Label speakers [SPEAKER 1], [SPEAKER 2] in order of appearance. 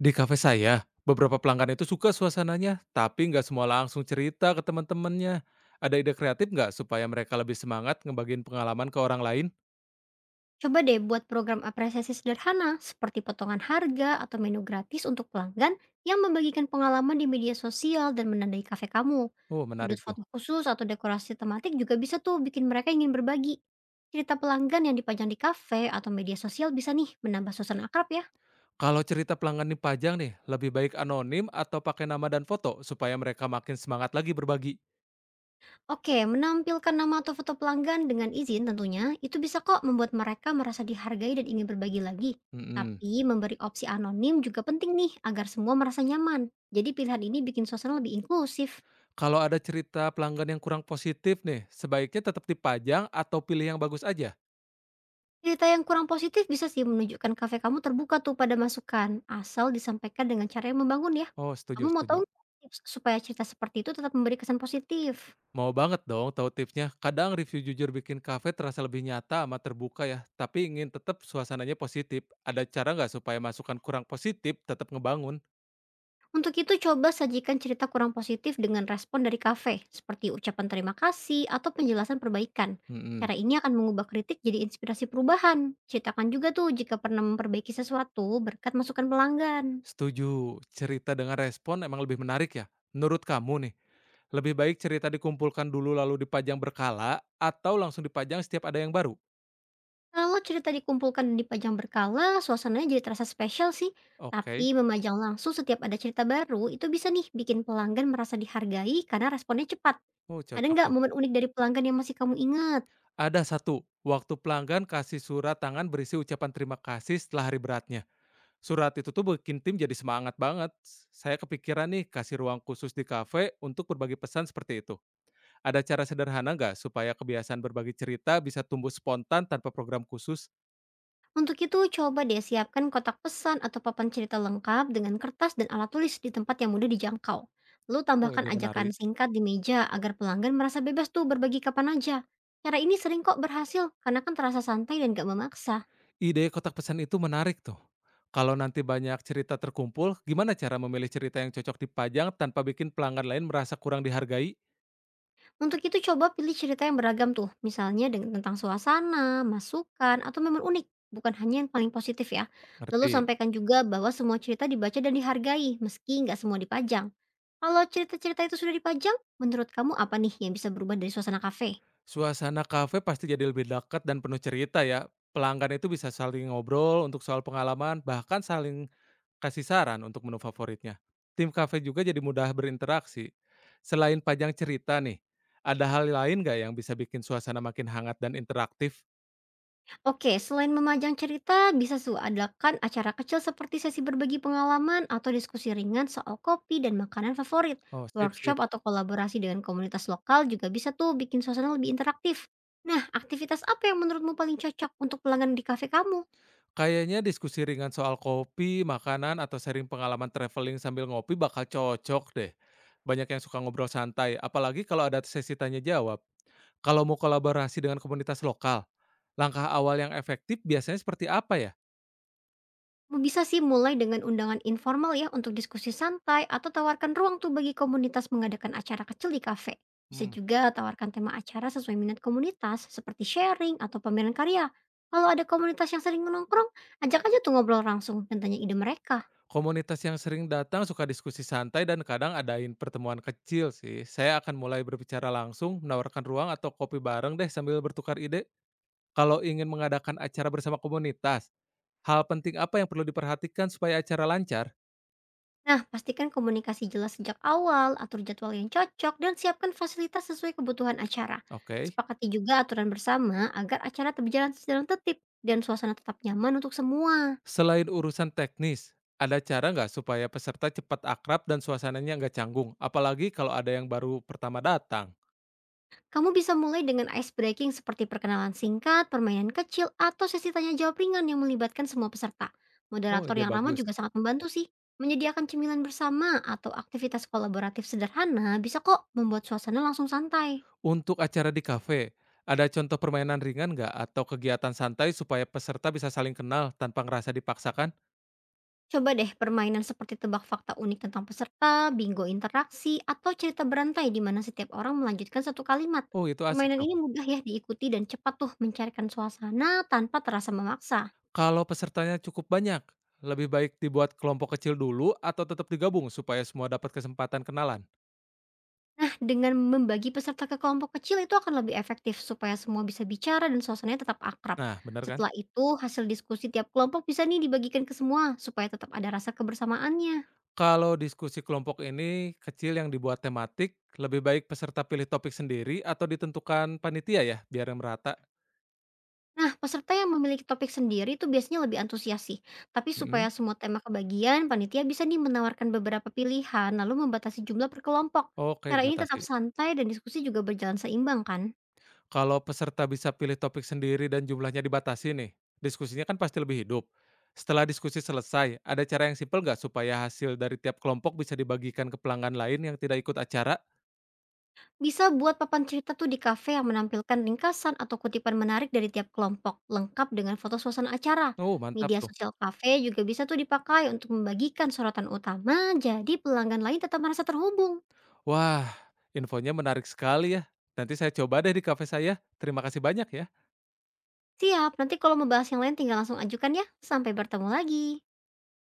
[SPEAKER 1] Di kafe saya, beberapa pelanggan itu suka suasananya, tapi nggak semua langsung cerita ke teman-temannya. Ada ide kreatif nggak supaya mereka lebih semangat ngebagiin pengalaman ke orang lain?
[SPEAKER 2] Coba deh buat program apresiasi sederhana seperti potongan harga atau menu gratis untuk pelanggan yang membagikan pengalaman di media sosial dan menandai kafe kamu.
[SPEAKER 1] Oh,
[SPEAKER 2] Sudut
[SPEAKER 1] menarik tuh.
[SPEAKER 2] foto khusus atau dekorasi tematik juga bisa tuh bikin mereka ingin berbagi. Cerita pelanggan yang dipajang di kafe atau media sosial bisa nih menambah suasana akrab ya.
[SPEAKER 1] Kalau cerita pelanggan dipajang nih, lebih baik anonim atau pakai nama dan foto supaya mereka makin semangat lagi berbagi.
[SPEAKER 2] Oke, menampilkan nama atau foto pelanggan dengan izin tentunya, itu bisa kok membuat mereka merasa dihargai dan ingin berbagi lagi.
[SPEAKER 1] Mm-mm.
[SPEAKER 2] Tapi memberi opsi anonim juga penting nih agar semua merasa nyaman. Jadi pilihan ini bikin suasana lebih inklusif.
[SPEAKER 1] Kalau ada cerita pelanggan yang kurang positif nih, sebaiknya tetap dipajang atau pilih yang bagus aja.
[SPEAKER 2] Cerita yang kurang positif bisa sih menunjukkan kafe kamu terbuka tuh pada masukan, asal disampaikan dengan cara yang membangun ya.
[SPEAKER 1] Oh,
[SPEAKER 2] Kamu
[SPEAKER 1] setuju,
[SPEAKER 2] mau tahu
[SPEAKER 1] setuju.
[SPEAKER 2] nggak tips supaya cerita seperti itu tetap memberi kesan positif?
[SPEAKER 1] Mau banget dong tahu tipsnya. Kadang review jujur bikin kafe terasa lebih nyata sama terbuka ya, tapi ingin tetap suasananya positif. Ada cara nggak supaya masukan kurang positif tetap ngebangun?
[SPEAKER 2] Untuk itu, coba sajikan cerita kurang positif dengan respon dari kafe, seperti ucapan terima kasih atau penjelasan perbaikan.
[SPEAKER 1] Mm-mm.
[SPEAKER 2] Cara ini akan mengubah kritik jadi inspirasi perubahan. Ceritakan juga tuh jika pernah memperbaiki sesuatu berkat masukan pelanggan.
[SPEAKER 1] Setuju, cerita dengan respon emang lebih menarik ya. Menurut kamu nih, lebih baik cerita dikumpulkan dulu lalu dipajang berkala atau langsung dipajang setiap ada yang baru?
[SPEAKER 2] Kalau cerita dikumpulkan dan dipajang berkala, suasananya jadi terasa spesial sih.
[SPEAKER 1] Oke,
[SPEAKER 2] Tapi memajang langsung setiap ada cerita baru, itu bisa nih bikin pelanggan merasa dihargai karena responnya cepat.
[SPEAKER 1] oh
[SPEAKER 2] Ada
[SPEAKER 1] cocok
[SPEAKER 2] nggak
[SPEAKER 1] tuh.
[SPEAKER 2] momen unik dari pelanggan yang masih kamu ingat?
[SPEAKER 1] Ada satu, waktu pelanggan kasih surat tangan berisi ucapan terima kasih setelah hari beratnya. Surat itu tuh bikin tim jadi semangat banget. Saya kepikiran nih kasih ruang khusus di kafe untuk berbagi pesan seperti itu. Ada cara sederhana nggak supaya kebiasaan berbagi cerita bisa tumbuh spontan tanpa program khusus?
[SPEAKER 2] Untuk itu, coba deh siapkan kotak pesan atau papan cerita lengkap dengan kertas dan alat tulis di tempat yang mudah dijangkau. Lalu
[SPEAKER 1] Oh,
[SPEAKER 2] tambahkan
[SPEAKER 1] ide
[SPEAKER 2] ajakan
[SPEAKER 1] menarik.
[SPEAKER 2] singkat di meja agar pelanggan merasa bebas tuh berbagi kapan aja. Cara ini sering kok berhasil karena kan terasa santai dan gak memaksa.
[SPEAKER 1] Ide kotak pesan itu menarik tuh. Kalau nanti banyak cerita terkumpul, gimana cara memilih cerita yang cocok dipajang tanpa bikin pelanggan lain merasa kurang dihargai?
[SPEAKER 2] Untuk itu coba pilih cerita yang beragam tuh, misalnya dengan tentang suasana, masukan, atau momen unik, bukan hanya yang paling positif ya. Lalu
[SPEAKER 1] Ngerti.
[SPEAKER 2] sampaikan juga bahwa semua cerita dibaca dan dihargai, meski nggak semua dipajang. Kalau cerita-cerita itu sudah dipajang, menurut kamu apa nih yang bisa berubah dari suasana kafe?
[SPEAKER 1] Suasana kafe pasti jadi lebih dekat dan penuh cerita ya. Pelanggan itu bisa saling ngobrol untuk soal pengalaman, bahkan saling kasih saran untuk menu favoritnya. Tim kafe juga jadi mudah berinteraksi. Selain panjang cerita nih, ada hal lain nggak yang bisa bikin suasana makin hangat dan interaktif?
[SPEAKER 2] Oke, selain memajang cerita, bisa suadakan acara kecil seperti sesi berbagi pengalaman atau diskusi ringan soal kopi dan makanan favorit.
[SPEAKER 1] Oh, sip,
[SPEAKER 2] Workshop
[SPEAKER 1] sip.
[SPEAKER 2] atau kolaborasi dengan komunitas lokal juga bisa tuh bikin suasana lebih interaktif. Nah, aktivitas apa yang menurutmu paling cocok untuk pelanggan di kafe kamu?
[SPEAKER 1] Kayaknya diskusi ringan soal kopi, makanan, atau sharing pengalaman traveling sambil ngopi bakal cocok deh. Banyak yang suka ngobrol santai, apalagi kalau ada sesi tanya jawab. Kalau mau kolaborasi dengan komunitas lokal, langkah awal yang efektif biasanya seperti apa ya?
[SPEAKER 2] Kamu bisa sih mulai dengan undangan informal ya untuk diskusi santai atau tawarkan ruang tuh bagi komunitas mengadakan acara kecil di kafe. Bisa
[SPEAKER 1] Hmm.
[SPEAKER 2] juga tawarkan tema acara sesuai minat komunitas seperti sharing atau pameran karya. Kalau ada komunitas yang sering menongkrong, ajak aja tuh ngobrol langsung dan tanya ide mereka.
[SPEAKER 1] Komunitas yang sering datang suka diskusi santai dan kadang adain pertemuan kecil sih. Saya akan mulai berbicara langsung, menawarkan ruang atau kopi bareng deh sambil bertukar ide. Kalau ingin mengadakan acara bersama komunitas, hal penting apa yang perlu diperhatikan supaya acara lancar?
[SPEAKER 2] Nah, pastikan komunikasi jelas sejak awal, atur jadwal yang cocok, dan siapkan fasilitas sesuai kebutuhan acara.
[SPEAKER 1] Oke.
[SPEAKER 2] Sepakati juga aturan bersama agar acara berjalan secara tertib dan suasana tetap nyaman untuk semua.
[SPEAKER 1] Selain urusan teknis, ada cara nggak supaya peserta cepat akrab dan suasananya nggak canggung? Apalagi kalau ada yang baru pertama datang.
[SPEAKER 2] Kamu bisa mulai dengan ice breaking seperti perkenalan singkat, permainan kecil, atau sesi tanya jawab ringan yang melibatkan semua peserta.
[SPEAKER 1] Oh,
[SPEAKER 2] Moderator
[SPEAKER 1] ide
[SPEAKER 2] yang ramah
[SPEAKER 1] bagus.
[SPEAKER 2] juga sangat membantu sih. Menyediakan cemilan bersama atau aktivitas kolaboratif sederhana bisa kok membuat suasana langsung santai.
[SPEAKER 1] Untuk acara di kafe, ada contoh permainan ringan nggak atau kegiatan santai supaya peserta bisa saling kenal tanpa ngerasa dipaksakan?
[SPEAKER 2] Coba deh permainan seperti tebak fakta unik tentang peserta, bingo interaksi, atau cerita berantai di mana setiap orang melanjutkan satu kalimat.
[SPEAKER 1] Oh, itu asik
[SPEAKER 2] Permainan
[SPEAKER 1] tuh.
[SPEAKER 2] ini mudah ya diikuti dan cepat tuh mencairkan suasana tanpa terasa memaksa.
[SPEAKER 1] Kalau pesertanya cukup banyak, lebih baik dibuat kelompok kecil dulu atau tetap digabung supaya semua dapat kesempatan kenalan.
[SPEAKER 2] Nah, dengan membagi peserta ke kelompok kecil itu akan lebih efektif supaya semua bisa bicara dan suasananya tetap akrab.
[SPEAKER 1] Nah, bener kan?
[SPEAKER 2] Setelah itu, hasil diskusi tiap kelompok bisa nih dibagikan ke semua supaya tetap ada rasa kebersamaannya.
[SPEAKER 1] Kalau diskusi kelompok ini kecil yang dibuat tematik, lebih baik peserta pilih topik sendiri atau ditentukan panitia ya, biar merata.
[SPEAKER 2] Nah, peserta yang memiliki topik sendiri itu biasanya lebih antusias sih. Tapi
[SPEAKER 1] Mm.
[SPEAKER 2] supaya semua tema kebagian, panitia bisa nih menawarkan beberapa pilihan lalu membatasi jumlah per kelompok.
[SPEAKER 1] Oke,
[SPEAKER 2] Cara ini tetap
[SPEAKER 1] dibatasi.
[SPEAKER 2] santai dan diskusi juga berjalan seimbang kan?
[SPEAKER 1] Kalau peserta bisa pilih topik sendiri dan jumlahnya dibatasi nih, diskusinya kan pasti lebih hidup. Setelah diskusi selesai, ada cara yang simpel nggak supaya hasil dari tiap kelompok bisa dibagikan ke pelanggan lain yang tidak ikut acara?
[SPEAKER 2] Bisa buat papan cerita tuh di kafe yang menampilkan ringkasan atau kutipan menarik dari tiap kelompok, lengkap dengan foto suasana acara.
[SPEAKER 1] Oh, mantap
[SPEAKER 2] Media
[SPEAKER 1] tuh.
[SPEAKER 2] sosial kafe juga bisa tuh dipakai untuk membagikan sorotan utama, jadi pelanggan lain tetap merasa terhubung.
[SPEAKER 1] Wah, infonya menarik sekali ya. Nanti saya coba deh di kafe saya. Terima kasih banyak ya.
[SPEAKER 2] Siap, nanti kalau mau bahas yang lain tinggal langsung ajukan ya. Sampai bertemu lagi.